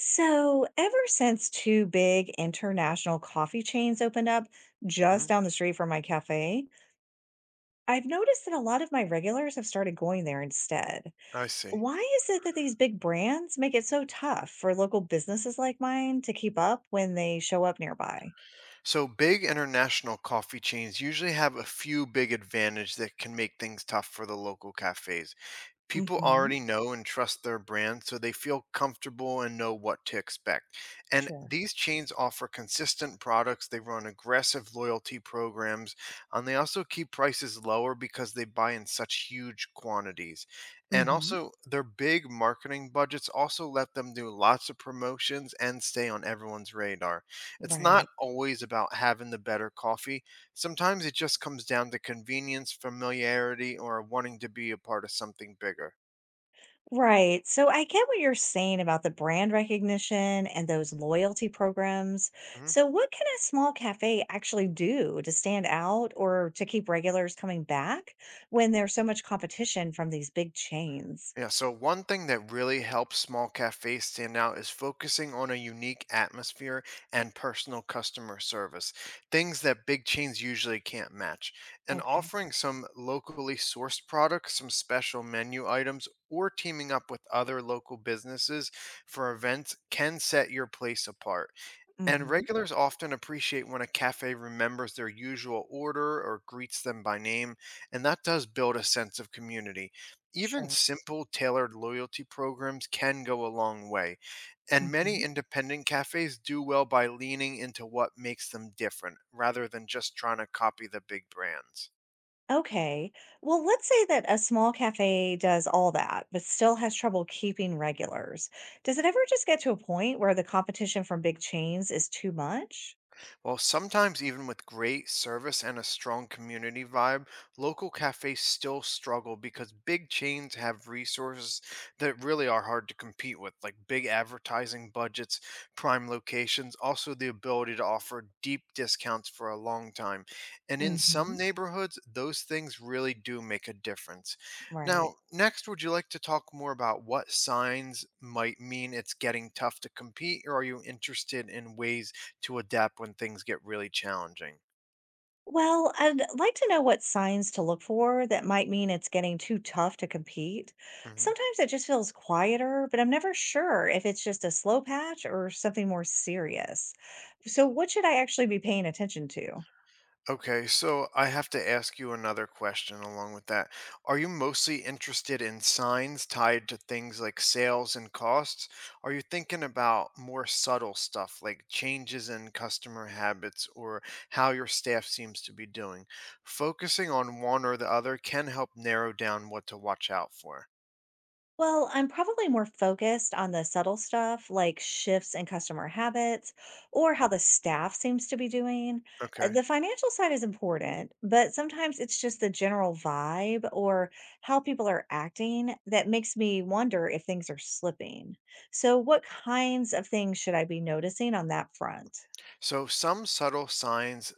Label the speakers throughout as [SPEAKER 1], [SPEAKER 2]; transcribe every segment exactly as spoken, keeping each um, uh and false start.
[SPEAKER 1] So, ever since two big international coffee chains opened up just
[SPEAKER 2] Mm,
[SPEAKER 1] down the street from my cafe, I've noticed that a lot of my regulars have started going there instead.
[SPEAKER 2] I see.
[SPEAKER 1] Why is it that these big brands make it so tough for local businesses like mine to keep up when they show up nearby?
[SPEAKER 2] So big international coffee chains usually have a few big advantages that can make things tough for the local cafes. People
[SPEAKER 1] Hmm.
[SPEAKER 2] already know and trust their brand, so they feel comfortable and know what to expect. And
[SPEAKER 1] Sure.
[SPEAKER 2] these chains offer consistent products, they run aggressive loyalty programs, and they also keep prices lower because they buy in such huge quantities. And
[SPEAKER 1] Hmm.
[SPEAKER 2] also, their big marketing budgets also let them do lots of promotions and stay on everyone's radar. It's not
[SPEAKER 1] Right.
[SPEAKER 2] always about having the better coffee. Sometimes it just comes down to convenience, familiarity, or wanting to be a part of something bigger.
[SPEAKER 1] Right. So I get what you're saying about the brand recognition and those loyalty programs.
[SPEAKER 2] Hmm.
[SPEAKER 1] So, what can a small cafe actually do to stand out or to keep regulars coming back when there's so much competition from these big chains?
[SPEAKER 2] Yeah, so one thing that really helps small cafes stand out is focusing on a unique atmosphere and personal customer service, things that big chains usually can't match. And
[SPEAKER 1] Okay.
[SPEAKER 2] offering some locally sourced products, some special menu items, or teaming up with other local businesses for events can set your place apart. And
[SPEAKER 1] Hmm.
[SPEAKER 2] regulars often appreciate when a cafe remembers their usual order or greets them by name, and that does build a sense of community. Even
[SPEAKER 1] Sure.
[SPEAKER 2] simple tailored loyalty programs can go a long way, and
[SPEAKER 1] Hmm.
[SPEAKER 2] many independent cafes do well by leaning into what makes them different rather than just trying to copy the big brands.
[SPEAKER 1] Okay. Well, let's say that a small cafe does all that, but still has trouble keeping regulars. Does it ever just get to a point where the competition from big chains is too much?
[SPEAKER 2] While sometimes even with great service and a strong community vibe, local cafes still struggle because big chains have resources that really are hard to compete with, like big advertising budgets, prime locations, also the ability to offer deep discounts for a long time. And in some
[SPEAKER 1] Hmm.
[SPEAKER 2] neighborhoods, those things really do make a difference.
[SPEAKER 1] Right.
[SPEAKER 2] Now, next, would you like to talk more about what signs might mean it's getting tough to compete, or are you interested in ways to adapt when things get really challenging?
[SPEAKER 1] Well, I'd like to know what signs to look for that might mean it's getting too tough to compete.
[SPEAKER 2] Hmm.
[SPEAKER 1] Sometimes it just feels quieter, but I'm never sure if it's just a slow patch or something more serious. So, what should I actually be paying attention to?
[SPEAKER 2] Okay, so I have to ask you another question along with that. Are you mostly interested in signs tied to things like sales and costs? Are you thinking about more subtle stuff like changes in customer habits or how your staff seems to be doing? Focusing on one or the other can help narrow down what to watch out for.
[SPEAKER 1] Well, I'm probably more focused on the subtle stuff like shifts in customer habits or how the staff seems to be doing. Uh,
[SPEAKER 2] Okay.
[SPEAKER 1] The financial side is important, but sometimes it's just the general vibe or how people are acting that makes me wonder if things are slipping. So, what kinds of things should I be noticing on that front?
[SPEAKER 2] So some subtle signs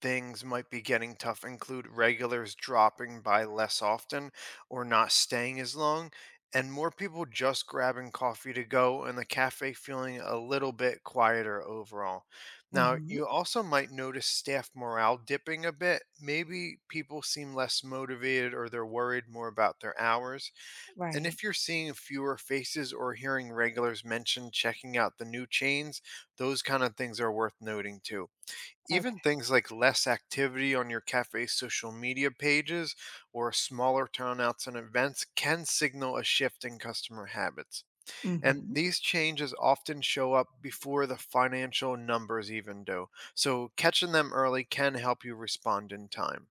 [SPEAKER 2] things might be getting tough include regulars dropping by less often or not staying as long, and more people just grabbing coffee to go and the cafe feeling a little bit quieter overall. Now,
[SPEAKER 1] Hmm.
[SPEAKER 2] you also might notice staff morale dipping a bit. Maybe people seem less motivated or they're worried more about their hours. And
[SPEAKER 1] Right.
[SPEAKER 2] if you're seeing fewer faces or hearing regulars mention checking out the new chains, those kind of things are worth noting too, even
[SPEAKER 1] Okay.
[SPEAKER 2] things like less activity on your cafe's social media pages or smaller turnouts and events can signal a shift in customer habits. And
[SPEAKER 1] Hmm.
[SPEAKER 2] these changes often show up before the financial numbers even do. So catching them early can help you respond in time.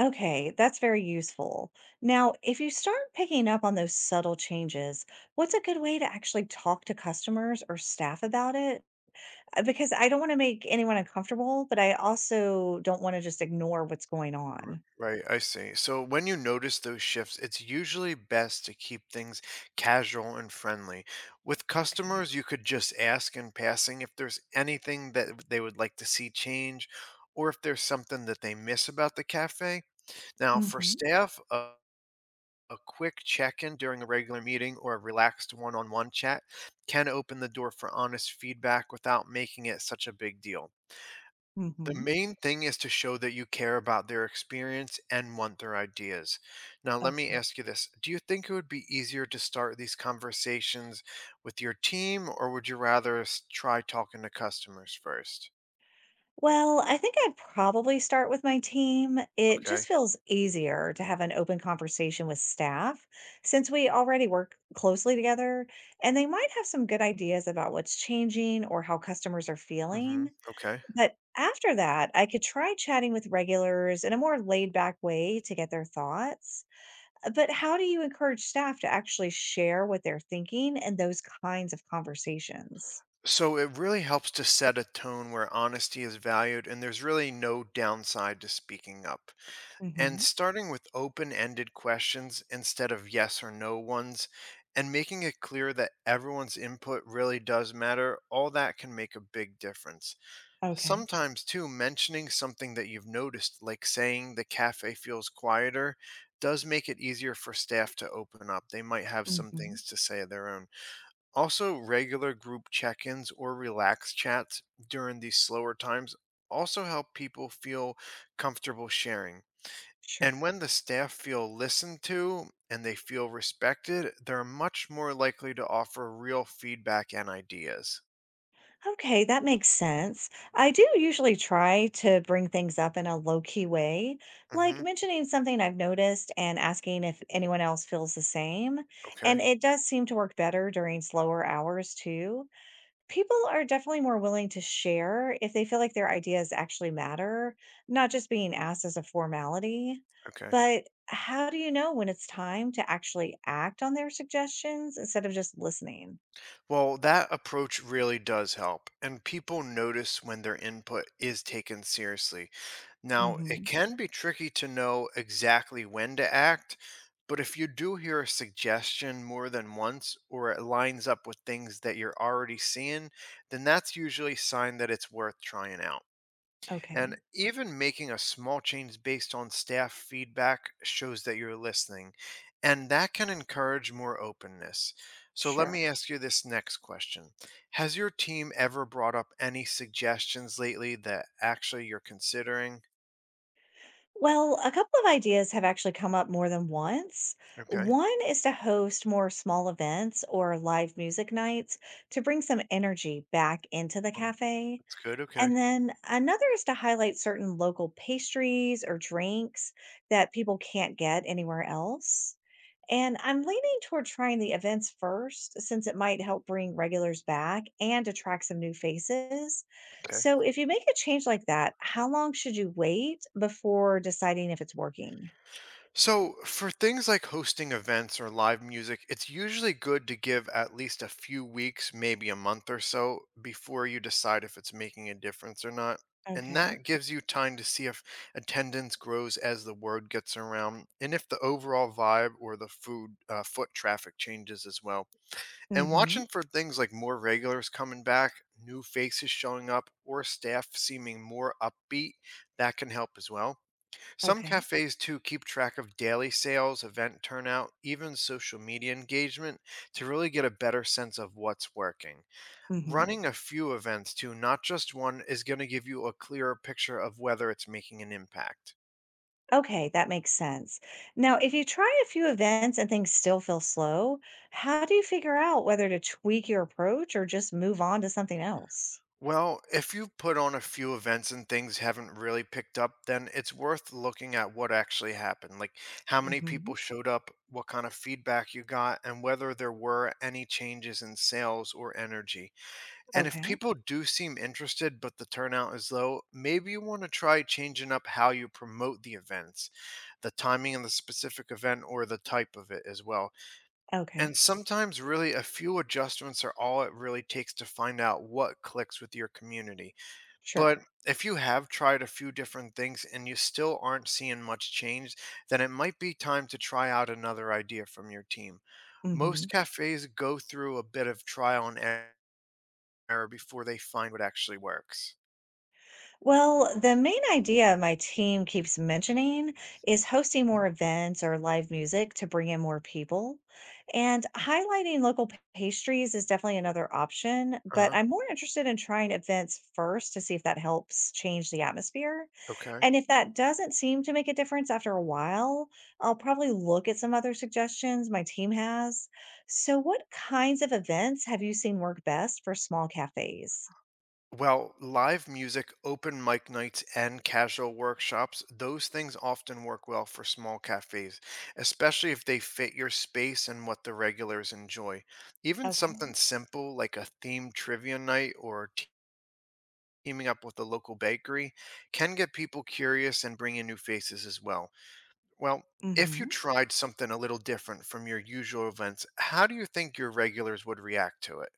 [SPEAKER 1] Okay, that's very useful. Now, if you start picking up on those subtle changes, what's a good way to actually talk to customers or staff about it? Uh, because I don't wanna make anyone uncomfortable, but I also don't wanna just ignore what's going
[SPEAKER 2] R-
[SPEAKER 1] on.
[SPEAKER 2] Right, I see. So when you notice those shifts, it's usually best to keep things casual and friendly. With
[SPEAKER 1] Okay.
[SPEAKER 2] customers, you could just ask in passing if there's anything that they would like to see change or if there's something that they miss about the cafe. Now, for
[SPEAKER 1] Mhm,
[SPEAKER 2] staff, a, a quick check in during a regular meeting or a relaxed one on one chat can open the door for honest feedback without making it such a big deal. The
[SPEAKER 1] mhm.
[SPEAKER 2] main thing is to show that you care about their experience and want their ideas. Now, let me
[SPEAKER 1] Okay.
[SPEAKER 2] ask you this. Do you think it would be easier to start these conversations with your team, or would you rather s- try talking to customers first?
[SPEAKER 1] Well, I think I'd probably start with my team. It
[SPEAKER 2] Okay.
[SPEAKER 1] just feels easier to have an open conversation with staff since we already work closely together, and they might have some good ideas about what's changing or how customers are
[SPEAKER 2] Hmm.
[SPEAKER 1] feeling.
[SPEAKER 2] Okay.
[SPEAKER 1] But after that, I could try chatting with regulars in a more laid back way to get their thoughts. Uh, But how do you encourage staff to actually share what they're thinking and those kinds of conversations?
[SPEAKER 2] So it really helps to set a tone where honesty is valued and there's really no downside to speaking up, and
[SPEAKER 1] Hmm.
[SPEAKER 2] starting with open ended questions instead of yes or no ones, and making it clear that everyone's input really does matter, all that can make a big difference.
[SPEAKER 1] Okay.
[SPEAKER 2] Sometimes, too, mentioning something that you've noticed, like saying the cafe feels quieter, does make it easier for staff to open up. They might have some
[SPEAKER 1] Hmm.
[SPEAKER 2] things to say of their own. Also, regular group check ins or relaxed chats during these slower times also help people feel comfortable sharing,
[SPEAKER 1] Sure.
[SPEAKER 2] and when the staff feel listened to and they feel respected, they're much more likely to offer real feedback and ideas.
[SPEAKER 1] Okay, that makes sense. I do usually try to bring things up in a low key way, like
[SPEAKER 2] Hmm.
[SPEAKER 1] mentioning something I've noticed and asking if anyone else feels the same. And
[SPEAKER 2] Okay.
[SPEAKER 1] it does seem to work better during slower hours too. People are definitely more willing to share if they feel like their ideas actually matter, not just being asked as a formality.
[SPEAKER 2] Okay.
[SPEAKER 1] But how do you know when it's time to actually act on their suggestions instead of just listening?
[SPEAKER 2] Well, that approach really does help, and people notice when their input is taken seriously. Now, it
[SPEAKER 1] Hmm.
[SPEAKER 2] can be tricky to know exactly when to act, but if you do hear a suggestion more than once or it lines up with things that you're already seeing, then that's usually a sign that it's worth trying out.
[SPEAKER 1] Okay,
[SPEAKER 2] And even making a small change based on staff feedback shows that you're listening, and that can encourage more openness. So let
[SPEAKER 1] sure.
[SPEAKER 2] me ask you this next question. Has your team ever brought up any suggestions lately that actually you're considering?
[SPEAKER 1] Well, a couple of ideas have actually come up more than once.
[SPEAKER 2] Okay.
[SPEAKER 1] One is to host more small events or live music nights to bring some energy back into the
[SPEAKER 2] Well,
[SPEAKER 1] cafe.
[SPEAKER 2] that's good. Okay.
[SPEAKER 1] And then another is to highlight certain local pastries or drinks that people can't get anywhere else. And I'm leaning toward trying the events first since it might help bring regulars back and attract some new faces.
[SPEAKER 2] Okay.
[SPEAKER 1] So, if you make a change like that, how long should you wait before deciding if it's working?
[SPEAKER 2] So, for things like hosting events or live music, it's usually good to give at least a few weeks, maybe a month or so, before you decide if it's making a difference or not. And
[SPEAKER 1] Okay.
[SPEAKER 2] that gives you time to see if attendance grows as the word gets around and if the overall vibe or the food uh, foot traffic changes as well. And
[SPEAKER 1] Mhm.
[SPEAKER 2] watching for things like more regulars coming back, new faces showing up, or staff seeming more upbeat, that can help as well. Some
[SPEAKER 1] Okay.
[SPEAKER 2] cafes too keep track of daily sales, event turnout, even social media engagement to really get a better sense of what's working.
[SPEAKER 1] Mhm.
[SPEAKER 2] Running a few events too, not just one, is going to give you a clearer picture of whether it's making an impact.
[SPEAKER 1] Okay, that makes sense. Now, if you try a few events and things still feel slow, how do you figure out whether to tweak your approach or just move on to something else?
[SPEAKER 2] Well, if you have put on a few events and things haven't really picked up, then it's worth looking at what actually happened. Like how many people
[SPEAKER 1] Hmm.
[SPEAKER 2] showed up, what kind of feedback you got, and whether there were any changes in sales or energy. And if
[SPEAKER 1] Okay.
[SPEAKER 2] people do seem interested but the turnout is low, maybe you want to try changing up how you promote the events, the timing and the specific event or the type of it as well.
[SPEAKER 1] Okay.
[SPEAKER 2] And sometimes, really, a few adjustments are all it really takes to find out what clicks with your community. But
[SPEAKER 1] Sure.
[SPEAKER 2] if you have tried a few different things and you still aren't seeing much change, then it might be time to try out another idea from your team. Most
[SPEAKER 1] Mhm.
[SPEAKER 2] cafes go through a bit of trial and error error before they find what actually works.
[SPEAKER 1] Well, the main idea my team keeps mentioning is hosting more
[SPEAKER 2] Mm.
[SPEAKER 1] events or live music to bring in more people. And highlighting local p- pastries is definitely another option, but
[SPEAKER 2] Uh-huh.
[SPEAKER 1] I'm more interested in trying events first to see if that helps change the atmosphere.
[SPEAKER 2] Okay.
[SPEAKER 1] And if that doesn't seem to make a difference after a while, I'll probably look at some other suggestions my team has. So, what kinds of events have you seen work best for small cafes?
[SPEAKER 2] Well, live music, open mic nights, and casual workshops, those things often work well for small cafes, especially if they fit your space and what the regulars enjoy. Even
[SPEAKER 1] Okay.
[SPEAKER 2] something simple like a themed trivia night or te- teaming up with a local bakery can get people curious and bring in new faces as well. Well, if you
[SPEAKER 1] Mm-hmm.
[SPEAKER 2] tried something a little different from your usual events, how do you think your regulars would react to it?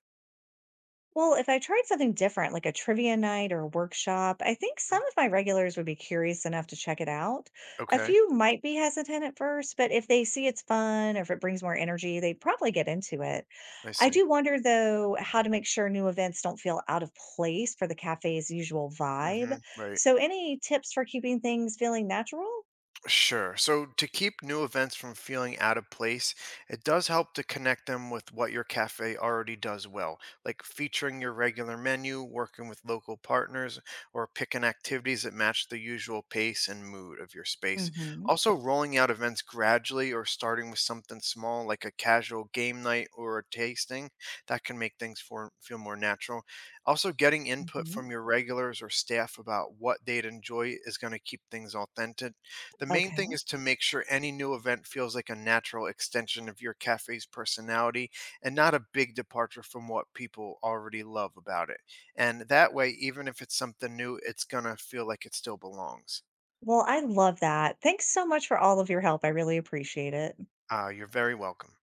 [SPEAKER 1] Well, if I tried something different, like a trivia night or a workshop, I think some
[SPEAKER 2] Mm,
[SPEAKER 1] of my regulars would be curious enough to check it out. A
[SPEAKER 2] okay.
[SPEAKER 1] few might be hesitant at first, but if they see it's fun or if it brings more energy, they'd probably get into it.
[SPEAKER 2] I
[SPEAKER 1] I
[SPEAKER 2] see.
[SPEAKER 1] do wonder, though, how to make sure new events don't feel out of place for the cafe's usual vibe.
[SPEAKER 2] Mhm, right.
[SPEAKER 1] So, any tips for keeping things feeling natural?
[SPEAKER 2] Sure. So to keep new events from feeling out of place, it does help to connect them with what your cafe already does well, like featuring your regular menu, working with local partners, or picking activities that match the usual pace and mood of your space.
[SPEAKER 1] Hmm.
[SPEAKER 2] Also, rolling out events gradually or starting with something small like a casual game night or a tasting that can make things for, feel more natural. Also, getting input
[SPEAKER 1] Hmm.
[SPEAKER 2] from your regulars or staff about what they'd enjoy is going to keep things authentic. The main
[SPEAKER 1] Okay.
[SPEAKER 2] thing is to make sure any new event feels like a natural extension of your cafe's personality and not a big departure from what people already love about it. And that way, even if it's something new, it's going to feel like it still belongs.
[SPEAKER 1] Well, I love that. Thanks so much for all of your help. I really appreciate it.
[SPEAKER 2] Uh, you're very welcome.